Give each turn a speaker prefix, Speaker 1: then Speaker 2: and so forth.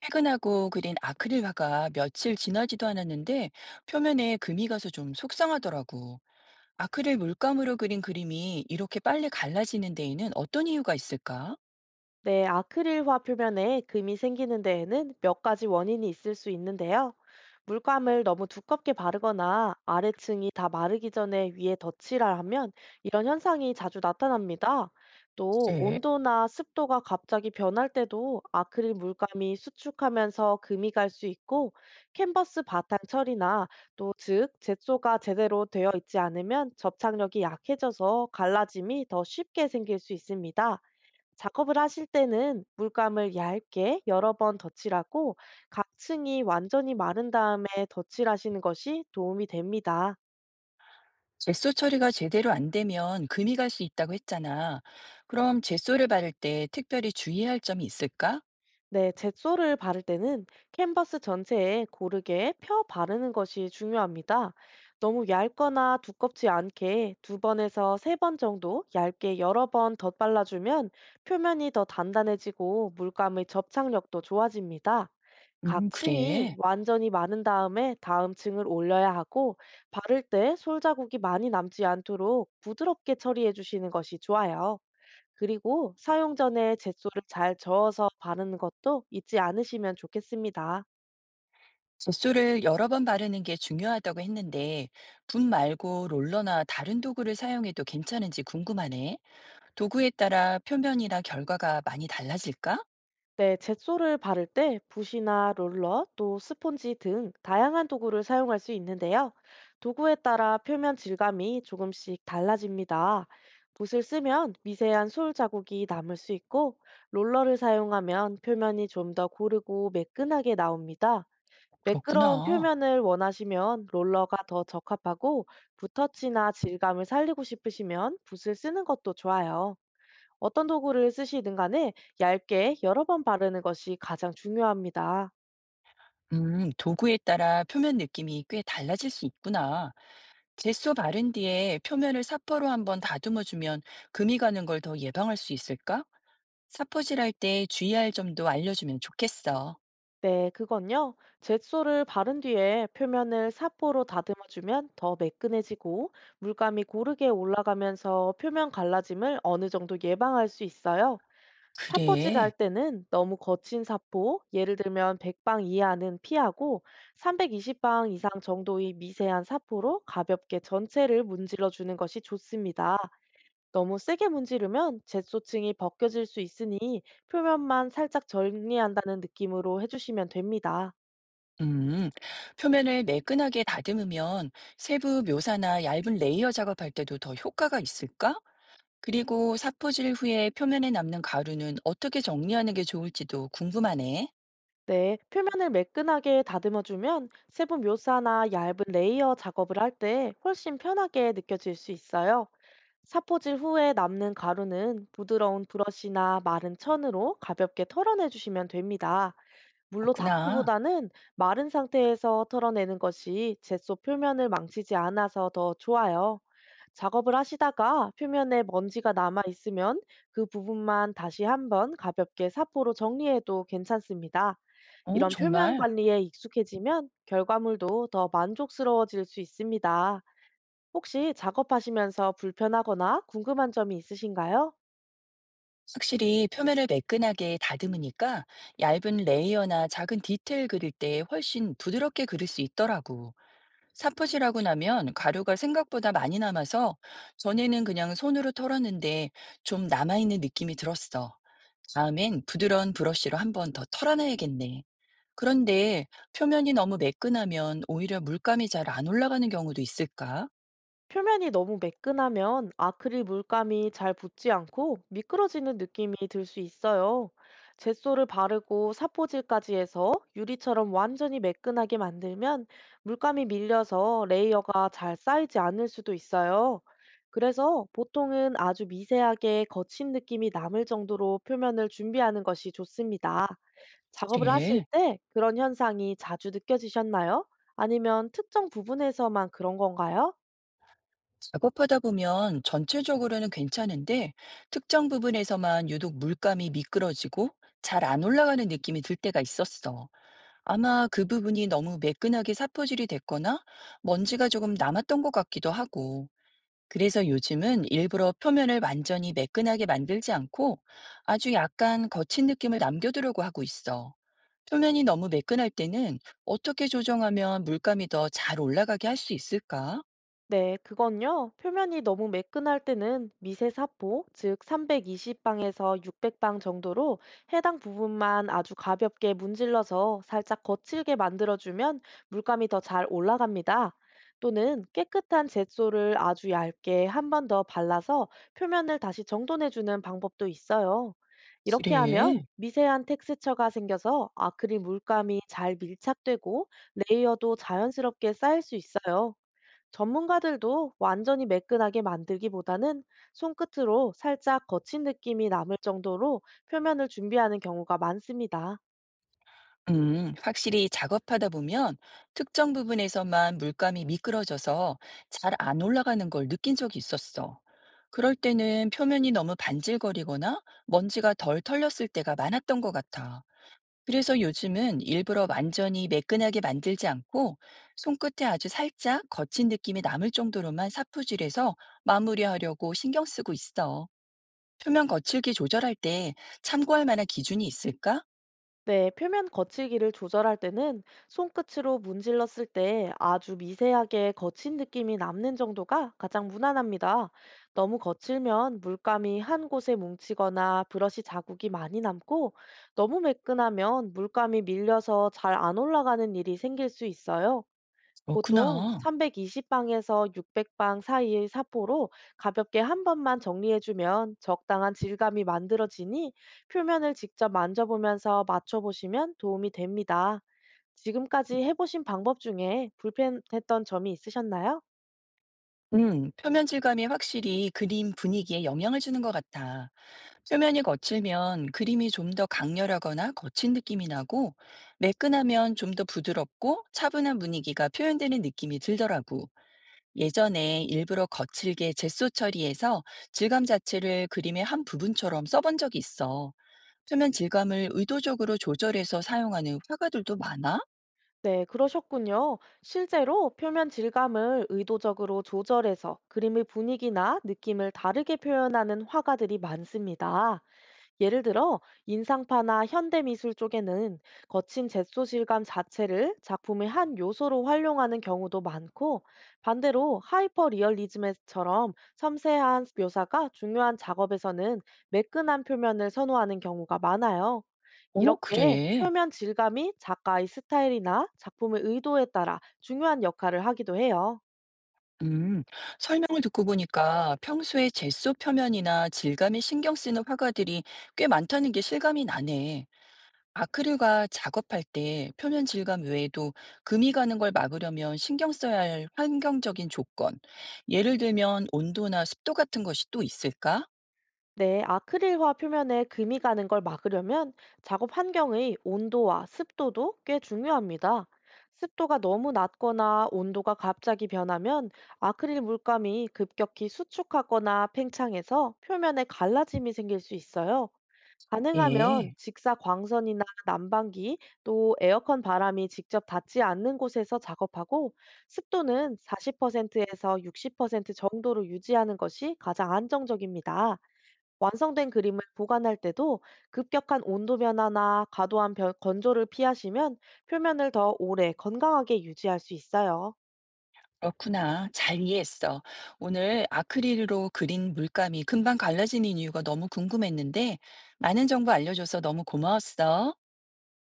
Speaker 1: 퇴근하고 그린 아크릴 화가 며칠 지나지도 않았는데 표면에 금이 가서 좀 속상하더라고. 아크릴 물감으로 그린 그림이 이렇게 빨리 갈라지는 데에는 어떤 이유가 있을까?
Speaker 2: 네, 아크릴화 표면에 금이 생기는 데에는 몇 가지 원인이 있을 수 있는데요. 물감을 너무 두껍게 바르거나 아래층이 다 마르기 전에 위에 덧칠을 하면 이런 현상이 자주 나타납니다. 또
Speaker 1: 네.
Speaker 2: 온도나 습도가 갑자기 변할 때도 아크릴 물감이 수축하면서 금이 갈 수 있고, 캔버스 바탕 처리나 또 즉 젯소가 제대로 되어 있지 않으면 접착력이 약해져서 갈라짐이 더 쉽게 생길 수 있습니다. 작업을 하실 때는 물감을 얇게 여러 번 덧칠하고, 각 층이 완전히 마른 다음에 덧칠하시는 것이 도움이 됩니다.
Speaker 1: 제소 처리가 제대로 안 되면 금이 갈 수 있다고 했잖아. 그럼 제소를 바를 때 특별히 주의할 점이 있을까?
Speaker 2: 네, 젯소를 바를 때는 캔버스 전체에 고르게 펴 바르는 것이 중요합니다. 너무 얇거나 두껍지 않게 두 번에서 세 번 정도 얇게 여러 번 덧발라주면 표면이 더 단단해지고 물감의 접착력도 좋아집니다. 각 층이
Speaker 1: 그래.
Speaker 2: 완전히 마른 다음에 다음 층을 올려야 하고, 바를 때 솔자국이 많이 남지 않도록 부드럽게 처리해 주시는 것이 좋아요. 그리고 사용 전에 젯소를 잘 저어서 바르는 것도 잊지 않으시면 좋겠습니다.
Speaker 1: 제소를 여러 번 바르는 게 중요하다고 했는데, 붓 말고 롤러나 다른 도구를 사용해도 괜찮은지 궁금하네. 도구에 따라 표면이나 결과가 많이 달라질까?
Speaker 2: 네, 젯소를 바를 때 붓이나 롤러, 또 스폰지 등 다양한 도구를 사용할 수 있는데요. 도구에 따라 표면 질감이 조금씩 달라집니다. 붓을 쓰면 미세한 솔 자국이 남을 수 있고, 롤러를 사용하면 표면이 좀 더 고르고 매끈하게 나옵니다. 매끄러운
Speaker 1: 그렇구나.
Speaker 2: 표면을 원하시면 롤러가 더 적합하고, 붓터치나 질감을 살리고 싶으시면 붓을 쓰는 것도 좋아요. 어떤 도구를 쓰시든 간에 얇게 여러 번 바르는 것이 가장 중요합니다.
Speaker 1: 도구에 따라 표면 느낌이 꽤 달라질 수 있구나. 젯소 바른 뒤에 표면을 사포로 한번 다듬어주면 금이 가는 걸 더 예방할 수 있을까? 사포질 할 때 주의할 점도 알려주면 좋겠어.
Speaker 2: 네, 그건요. 젯소를 바른 뒤에 표면을 사포로 다듬어주면 더 매끈해지고, 물감이 고르게 올라가면서 표면 갈라짐을 어느 정도 예방할 수 있어요. 사포질 할
Speaker 1: 그래.
Speaker 2: 때는 너무 거친 사포, 예를 들면 100방 이하는 피하고, 320방 이상 정도의 미세한 사포로 가볍게 전체를 문질러 주는 것이 좋습니다. 너무 세게 문지르면 젯소층이 벗겨질 수 있으니, 표면만 살짝 정리한다는 느낌으로 해주시면 됩니다.
Speaker 1: 음, 표면을 매끈하게 다듬으면 세부 묘사나 얇은 레이어 작업할 때도 더 효과가 있을까? 그리고 사포질 후에 표면에 남는 가루는 어떻게 정리하는 게 좋을지도 궁금하네.
Speaker 2: 네, 표면을 매끈하게 다듬어주면 세부 묘사나 얇은 레이어 작업을 할 때 훨씬 편하게 느껴질 수 있어요. 사포질 후에 남는 가루는 부드러운 브러쉬나 마른 천으로 가볍게 털어내주시면 됩니다. 물로
Speaker 1: 그렇구나.
Speaker 2: 닦기보다는 마른 상태에서 털어내는 것이 젯소 표면을 망치지 않아서 더 좋아요. 작업을 하시다가 표면에 먼지가 남아 있으면 그 부분만 다시 한번 가볍게 사포로 정리해도 괜찮습니다.
Speaker 1: 어,
Speaker 2: 이런 표면
Speaker 1: 정말.
Speaker 2: 관리에 익숙해지면 결과물도 더 만족스러워질 수 있습니다. 혹시 작업하시면서 불편하거나 궁금한 점이 있으신가요?
Speaker 1: 확실히 표면을 매끈하게 다듬으니까 얇은 레이어나 작은 디테일 그릴 때 훨씬 부드럽게 그릴 수 있더라고. 사포질하고 나면 가루가 생각보다 많이 남아서 전에는 그냥 손으로 털었는데 좀 남아있는 느낌이 들었어. 다음엔 부드러운 브러쉬로 한번 더 털어놔야겠네. 그런데 표면이 너무 매끈하면 오히려 물감이 잘 안 올라가는 경우도 있을까?
Speaker 2: 표면이 너무 매끈하면 아크릴 물감이 잘 붙지 않고 미끄러지는 느낌이 들 수 있어요. 젯소를 바르고 사포질까지 해서 유리처럼 완전히 매끈하게 만들면 물감이 밀려서 레이어가 잘 쌓이지 않을 수도 있어요. 그래서 보통은 아주 미세하게 거친 느낌이 남을 정도로 표면을 준비하는 것이 좋습니다. 작업을 하실
Speaker 1: 그래.
Speaker 2: 때 그런 현상이 자주 느껴지셨나요? 아니면 특정 부분에서만 그런 건가요?
Speaker 1: 작업하다 보면 전체적으로는 괜찮은데 특정 부분에서만 유독 물감이 미끄러지고 잘 안 올라가는 느낌이 들 때가 있었어. 아마 그 부분이 너무 매끈하게 사포질이 됐거나 먼지가 조금 남았던 것 같기도 하고. 그래서 요즘은 일부러 표면을 완전히 매끈하게 만들지 않고 아주 약간 거친 느낌을 남겨두려고 하고 있어. 표면이 너무 매끈할 때는 어떻게 조정하면 물감이 더 잘 올라가게 할 수 있을까?
Speaker 2: 네, 그건요. 표면이 너무 매끈할 때는 미세 사포, 즉 320방에서 600방 정도로 해당 부분만 아주 가볍게 문질러서 살짝 거칠게 만들어주면 물감이 더 잘 올라갑니다. 또는 깨끗한 젯소를 아주 얇게 한 번 더 발라서 표면을 다시 정돈해주는 방법도 있어요. 이렇게
Speaker 1: 그래.
Speaker 2: 하면 미세한 텍스처가 생겨서 아크릴 물감이 잘 밀착되고, 레이어도 자연스럽게 쌓일 수 있어요. 전문가들도 완전히 매끈하게 만들기보다는 손끝으로 살짝 거친 느낌이 남을 정도로 표면을 준비하는 경우가 많습니다.
Speaker 1: 확실히 작업하다 보면 특정 부분에서만 물감이 미끄러져서 잘 안 올라가는 걸 느낀 적이 있었어. 그럴 때는 표면이 너무 반질거리거나 먼지가 덜 털렸을 때가 많았던 것 같아. 그래서 요즘은 일부러 완전히 매끈하게 만들지 않고 손끝에 아주 살짝 거친 느낌이 남을 정도로만 사푸질해서 마무리하려고 신경 쓰고 있어. 표면 거칠기 조절할 때 참고할 만한 기준이 있을까?
Speaker 2: 네, 표면 거칠기를 조절할 때는 손끝으로 문질렀을 때 아주 미세하게 거친 느낌이 남는 정도가 가장 무난합니다. 너무 거칠면 물감이 한 곳에 뭉치거나 브러쉬 자국이 많이 남고, 너무 매끈하면 물감이 밀려서 잘 안 올라가는 일이 생길 수 있어요. 보통
Speaker 1: 그렇구나.
Speaker 2: 320방에서 600방 사이의 사포로 가볍게 한 번만 정리해주면 적당한 질감이 만들어지니, 표면을 직접 만져보면서 맞춰보시면 도움이 됩니다. 지금까지 해보신 방법 중에 불편했던 점이 있으셨나요?
Speaker 1: 표면 질감이 확실히 그림 분위기에 영향을 주는 것 같아. 표면이 거칠면 그림이 좀 더 강렬하거나 거친 느낌이 나고, 매끈하면 좀 더 부드럽고 차분한 분위기가 표현되는 느낌이 들더라고. 예전에 일부러 거칠게 젯소 처리해서 질감 자체를 그림의 한 부분처럼 써본 적이 있어. 표면 질감을 의도적으로 조절해서 사용하는 화가들도 많아?
Speaker 2: 네, 그러셨군요. 실제로 표면 질감을 의도적으로 조절해서 그림의 분위기나 느낌을 다르게 표현하는 화가들이 많습니다. 예를 들어 인상파나 현대미술 쪽에는 거친 젯소 질감 자체를 작품의 한 요소로 활용하는 경우도 많고, 반대로 하이퍼 리얼리즘처럼 섬세한 묘사가 중요한 작업에서는 매끈한 표면을 선호하는 경우가 많아요.
Speaker 1: 어,
Speaker 2: 이렇게
Speaker 1: 그래.
Speaker 2: 표면 질감이 작가의 스타일이나 작품의 의도에 따라 중요한 역할을 하기도 해요.
Speaker 1: 음, 설명을 듣고 보니까 평소에 젯소 표면이나 질감에 신경 쓰는 화가들이 꽤 많다는 게 실감이 나네. 아크릴과 작업할 때 표면 질감 외에도 금이 가는 걸 막으려면 신경 써야 할 환경적인 조건, 예를 들면 온도나 습도 같은 것이 또 있을까?
Speaker 2: 네, 아크릴화 표면에 금이 가는 걸 막으려면 작업 환경의 온도와 습도도 꽤 중요합니다. 습도가 너무 낮거나 온도가 갑자기 변하면 아크릴 물감이 급격히 수축하거나 팽창해서 표면에 갈라짐이 생길 수 있어요. 가능하면
Speaker 1: 예,
Speaker 2: 직사 광선이나 난방기, 또 에어컨 바람이 직접 닿지 않는 곳에서 작업하고, 습도는 40%에서 60% 정도로 유지하는 것이 가장 안정적입니다. 완성된 그림을 보관할 때도 급격한 온도 변화나 과도한 건조를 피하시면 표면을 더 오래 건강하게 유지할 수 있어요.
Speaker 1: 그렇구나. 잘 이해했어. 오늘 아크릴로 그린 물감이 금방 갈라지는 이유가 너무 궁금했는데, 많은 정보 알려줘서 너무 고마웠어.
Speaker 2: 네.